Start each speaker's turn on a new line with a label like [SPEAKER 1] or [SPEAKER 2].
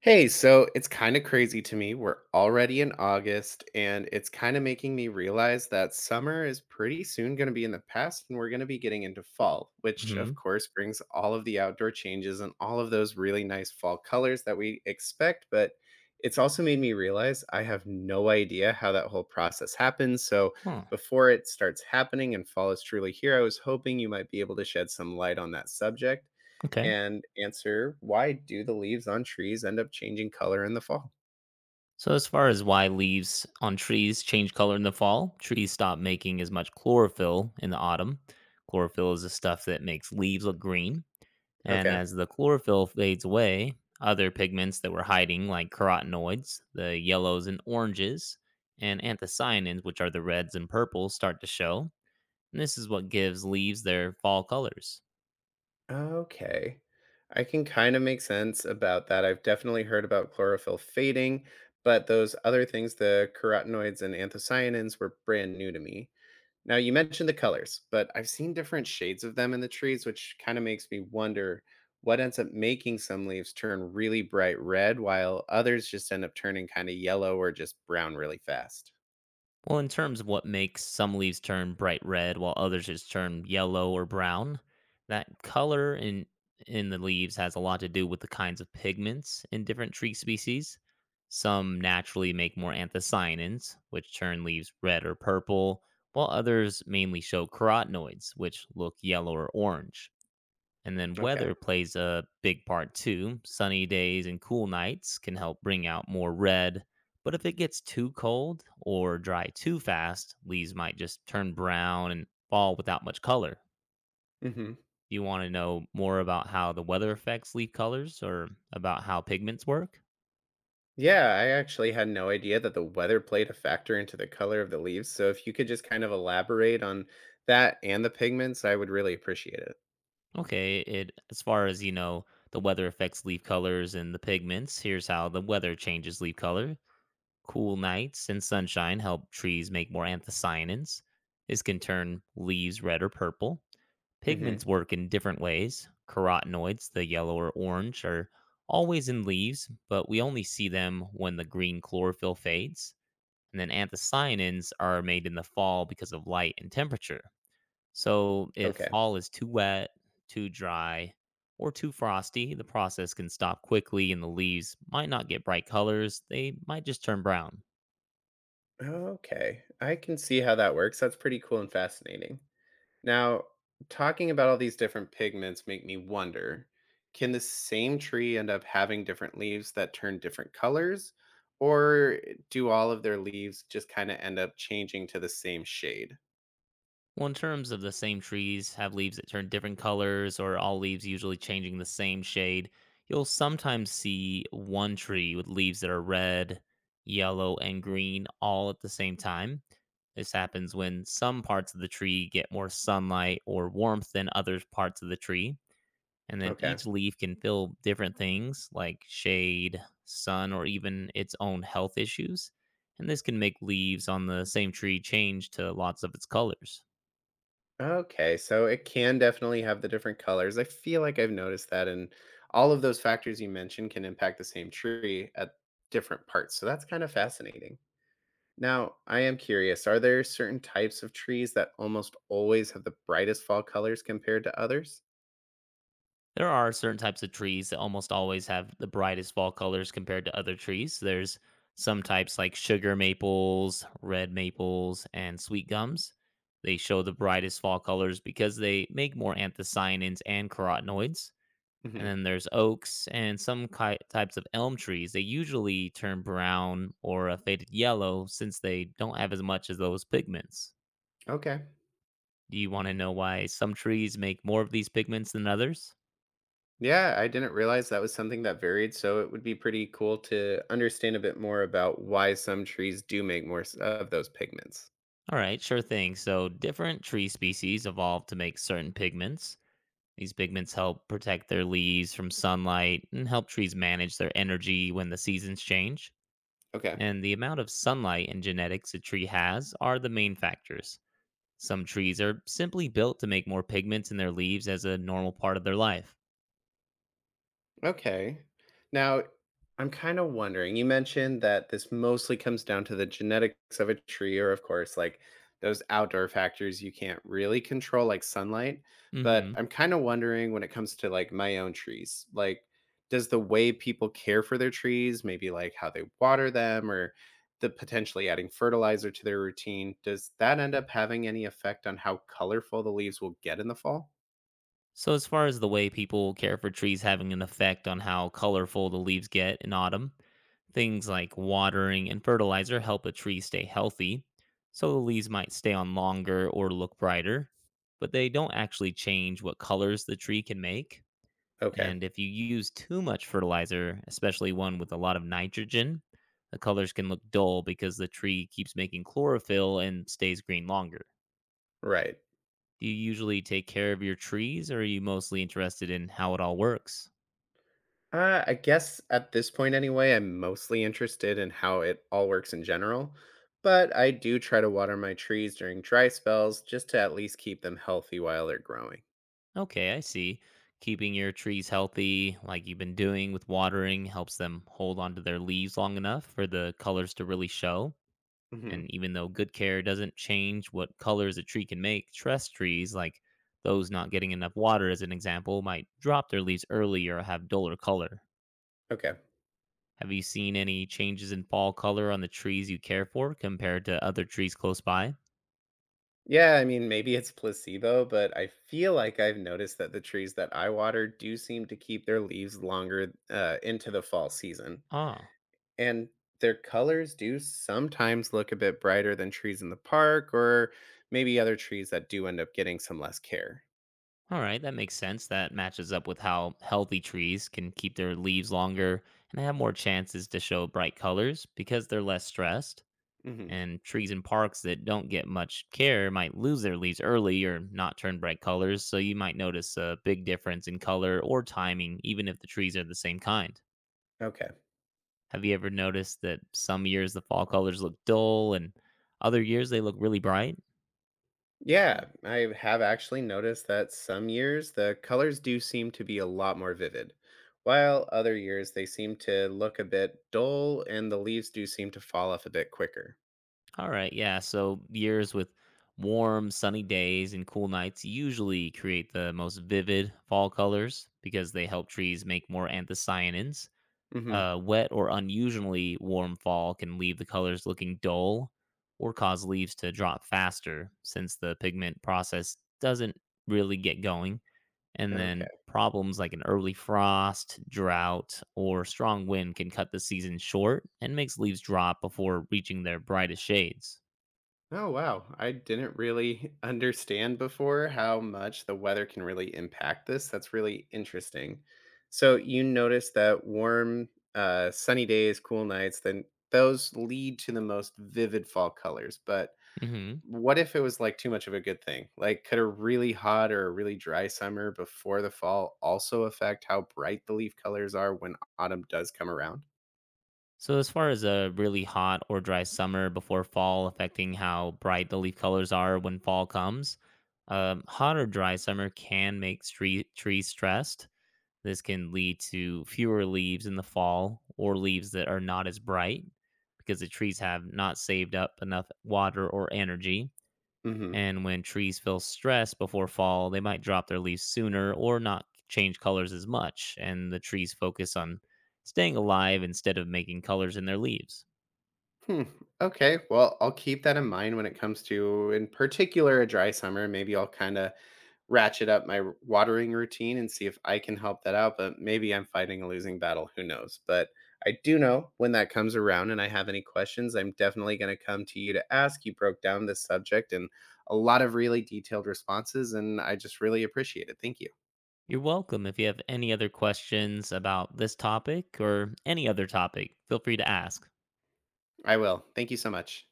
[SPEAKER 1] Hey, so it's kind of crazy to me. We're already in August, and it's kind of making me realize that summer is pretty soon going to be in the past, and we're going to be getting into fall, which
[SPEAKER 2] Hmm.
[SPEAKER 1] of course brings all of the outdoor changes and all of those really nice fall colors that we expect. But it's also made me realize I have no idea how that whole process happens. So
[SPEAKER 2] Huh.
[SPEAKER 1] before it starts happening and fall is truly here, I was hoping you might be able to shed some light on that subject.
[SPEAKER 2] Okay.
[SPEAKER 1] And answer, why do the leaves on trees end up changing color in the fall?
[SPEAKER 2] So as far as why leaves on trees change color in the fall, trees stop making as much chlorophyll in the autumn. Chlorophyll is the stuff that makes leaves look green, and
[SPEAKER 1] Okay.
[SPEAKER 2] as the chlorophyll fades away, other pigments that were hiding, like carotenoids, the yellows and oranges, and anthocyanins, which are the reds and purples, start to show. And this is what gives leaves their fall colors.
[SPEAKER 1] Okay. I can kind of make sense about that. I've definitely heard about chlorophyll fading, but those other things, the carotenoids and anthocyanins, were brand new to me. Now, you mentioned the colors, but I've seen different shades of them in the trees, which kind of makes me wonder what ends up making some leaves turn really bright red while others just end up turning kind of yellow or just brown really fast.
[SPEAKER 2] Well, in terms of what makes some leaves turn bright red while others just turn yellow or brown, that color in the leaves has a lot to do with the kinds of pigments in different tree species. Some naturally make more anthocyanins, which turn leaves red or purple, while others mainly show carotenoids, which look yellow or orange. And then
[SPEAKER 1] Okay.
[SPEAKER 2] weather plays a big part too. Sunny days and cool nights can help bring out more red, but if it gets too cold or dry too fast, leaves might just turn brown and fall without much color.
[SPEAKER 1] Hmm.
[SPEAKER 2] Do you want to know more about how the weather affects leaf colors or about how pigments work?
[SPEAKER 1] Yeah, I actually had no idea that the weather played a factor into the color of the leaves. So if you could just kind of elaborate on that and the pigments, I would really appreciate it.
[SPEAKER 2] Okay, it as far as you know, the weather affects leaf colors and the pigments. Here's how the weather changes leaf color. Cool nights and sunshine help trees make more anthocyanins. This can turn leaves red or purple.
[SPEAKER 1] Hmm.
[SPEAKER 2] Pigments work in different ways. Carotenoids, the yellow or orange, are always in leaves, but we only see them when the green chlorophyll fades. And then anthocyanins are made in the fall because of light and temperature. So if
[SPEAKER 1] Okay.
[SPEAKER 2] fall is too wet, too dry, or too frosty, the process can stop quickly and the leaves might not get bright colors. They might just turn brown.
[SPEAKER 1] Okay. I can see how that works. That's pretty cool and fascinating. Now, talking about all these different pigments make me wonder, can the same tree end up having different leaves that turn different colors? Or do all of their leaves just kind of end up changing to the same shade?
[SPEAKER 2] Well, in terms of the same trees have leaves that turn different colors, or all leaves usually changing the same shade, you'll sometimes see one tree with leaves that are red, yellow, and green all at the same time. This happens when some parts of the tree get more sunlight or warmth than other parts of the tree. And then
[SPEAKER 1] Okay.
[SPEAKER 2] each leaf can feel different things like shade, sun, or even its own health issues. And this can make leaves on the same tree change to lots of its colors.
[SPEAKER 1] Okay, so it can definitely have the different colors. I feel like I've noticed that, and all of those factors you mentioned can impact the same tree at different parts. So that's kind of fascinating. Now, I am curious, are there certain types of trees that almost always have the brightest fall colors compared to others?
[SPEAKER 2] There are certain types of trees that almost always have the brightest fall colors compared to other trees. There's some types like sugar maples, red maples, and sweet gums. They show the brightest fall colors because they make more anthocyanins and carotenoids. And
[SPEAKER 1] Hmm.
[SPEAKER 2] then there's oaks and some types of elm trees. They usually turn brown or a faded yellow since they don't have as much as those pigments.
[SPEAKER 1] Okay.
[SPEAKER 2] Do you want to know why some trees make more of these pigments than others?
[SPEAKER 1] Yeah, I didn't realize that was something that varied. So it would be pretty cool to understand a bit more about why some trees do make more of those pigments.
[SPEAKER 2] All right, sure thing. So, different tree species evolved to make certain pigments. These pigments help protect their leaves from sunlight and help trees manage their energy when the seasons change.
[SPEAKER 1] Okay.
[SPEAKER 2] And the amount of sunlight and genetics a tree has are the main factors. Some trees are simply built to make more pigments in their leaves as a normal part of their life.
[SPEAKER 1] Okay. Now, I'm kind of wondering, you mentioned that this mostly comes down to the genetics of a tree, or of course, like those outdoor factors you can't really control, like sunlight. But
[SPEAKER 2] Hmm.
[SPEAKER 1] I'm kind of wondering when it comes to like my own trees, like, does the way people care for their trees, maybe like how they water them or the potentially adding fertilizer to their routine, does that end up having any effect on how colorful the leaves will get in the fall?
[SPEAKER 2] So, as far as the way people care for trees having an effect on how colorful the leaves get in autumn, things like watering and fertilizer help a tree stay healthy, so the leaves might stay on longer or look brighter, but they don't actually change what colors the tree can make.
[SPEAKER 1] Okay,
[SPEAKER 2] And if you use too much fertilizer, especially one with a lot of nitrogen, the colors can look dull because the tree keeps making chlorophyll and stays green longer.
[SPEAKER 1] right.
[SPEAKER 2] Do you usually take care of your trees or are you mostly interested in how it all works?
[SPEAKER 1] I guess at this point, anyway, I'm mostly interested in how it all works in general, but I do try to water my trees during dry spells just to at least keep them healthy while they're growing.
[SPEAKER 2] Okay, I see. Keeping your trees healthy, like you've been doing with watering, helps them hold onto their leaves long enough for the colors to really show.
[SPEAKER 1] Hmm.
[SPEAKER 2] And even though good care doesn't change what colors a tree can make, stress trees, like those not getting enough water as an example, might drop their leaves early or have duller color.
[SPEAKER 1] Okay.
[SPEAKER 2] Have you seen any changes in fall color on the trees you care for compared to other trees close by?
[SPEAKER 1] Yeah, I mean, maybe it's placebo, but I feel like I've noticed that the trees that I water do seem to keep their leaves longer into the fall season.
[SPEAKER 2] Ah.
[SPEAKER 1] And their colors do sometimes look a bit brighter than trees in the park or maybe other trees that do end up getting some less care.
[SPEAKER 2] All right, that makes sense. That matches up with how healthy trees can keep their leaves longer and they have more chances to show bright colors because they're less stressed. And trees in parks that don't get much care might lose their leaves early or not turn bright colors, so you might notice a big difference in color or timing, even if the trees are the same kind.
[SPEAKER 1] Okay.
[SPEAKER 2] Have you ever noticed that some years the fall colors look dull and other years they look really bright?
[SPEAKER 1] Yeah, I have actually noticed that some years the colors do seem to be a lot more vivid, while other years they seem to look a bit dull and the leaves do seem to fall off a bit quicker.
[SPEAKER 2] All right, yeah. So years with warm, sunny days and cool nights usually create the most vivid fall colors because they help trees make more anthocyanins.
[SPEAKER 1] Hmm.
[SPEAKER 2] Wet or unusually warm fall can leave the colors looking dull or cause leaves to drop faster since the pigment process doesn't really get going. And then
[SPEAKER 1] Okay.
[SPEAKER 2] problems like an early frost, drought, or strong wind can cut the season short and makes leaves drop before reaching their brightest shades.
[SPEAKER 1] Oh, wow. I didn't really understand before how much the weather can really impact this. That's really interesting. So you notice that warm, sunny days, cool nights, then those lead to the most vivid fall colors, but
[SPEAKER 2] Hmm.
[SPEAKER 1] what if it was, like, too much of a good thing? Like, could a really hot or a really dry summer before the fall also affect how bright the leaf colors are when autumn does come around?
[SPEAKER 2] So, as far as a really hot or dry summer before fall affecting how bright the leaf colors are when fall comes, hot or dry summer can make trees stressed. This can lead to fewer leaves in the fall or leaves that are not as bright because the trees have not saved up enough water or energy.
[SPEAKER 1] Mhm.
[SPEAKER 2] And when trees feel stress before fall, they might drop their leaves sooner or not change colors as much, and the trees focus on staying alive instead of making colors in their leaves.
[SPEAKER 1] Hmm, okay, well, I'll keep that in mind when it comes to, in particular, a dry summer, maybe I'll kinda ratchet up my watering routine and see if I can help that out. But maybe I'm fighting a losing battle. Who knows? But I do know when that comes around and I have any questions, I'm definitely going to come to you to ask. You broke down this subject and a lot of really detailed responses, and I just really appreciate it. Thank you.
[SPEAKER 2] You're welcome. If you have any other questions about this topic or any other topic, feel free to ask.
[SPEAKER 1] I will. Thank you so much.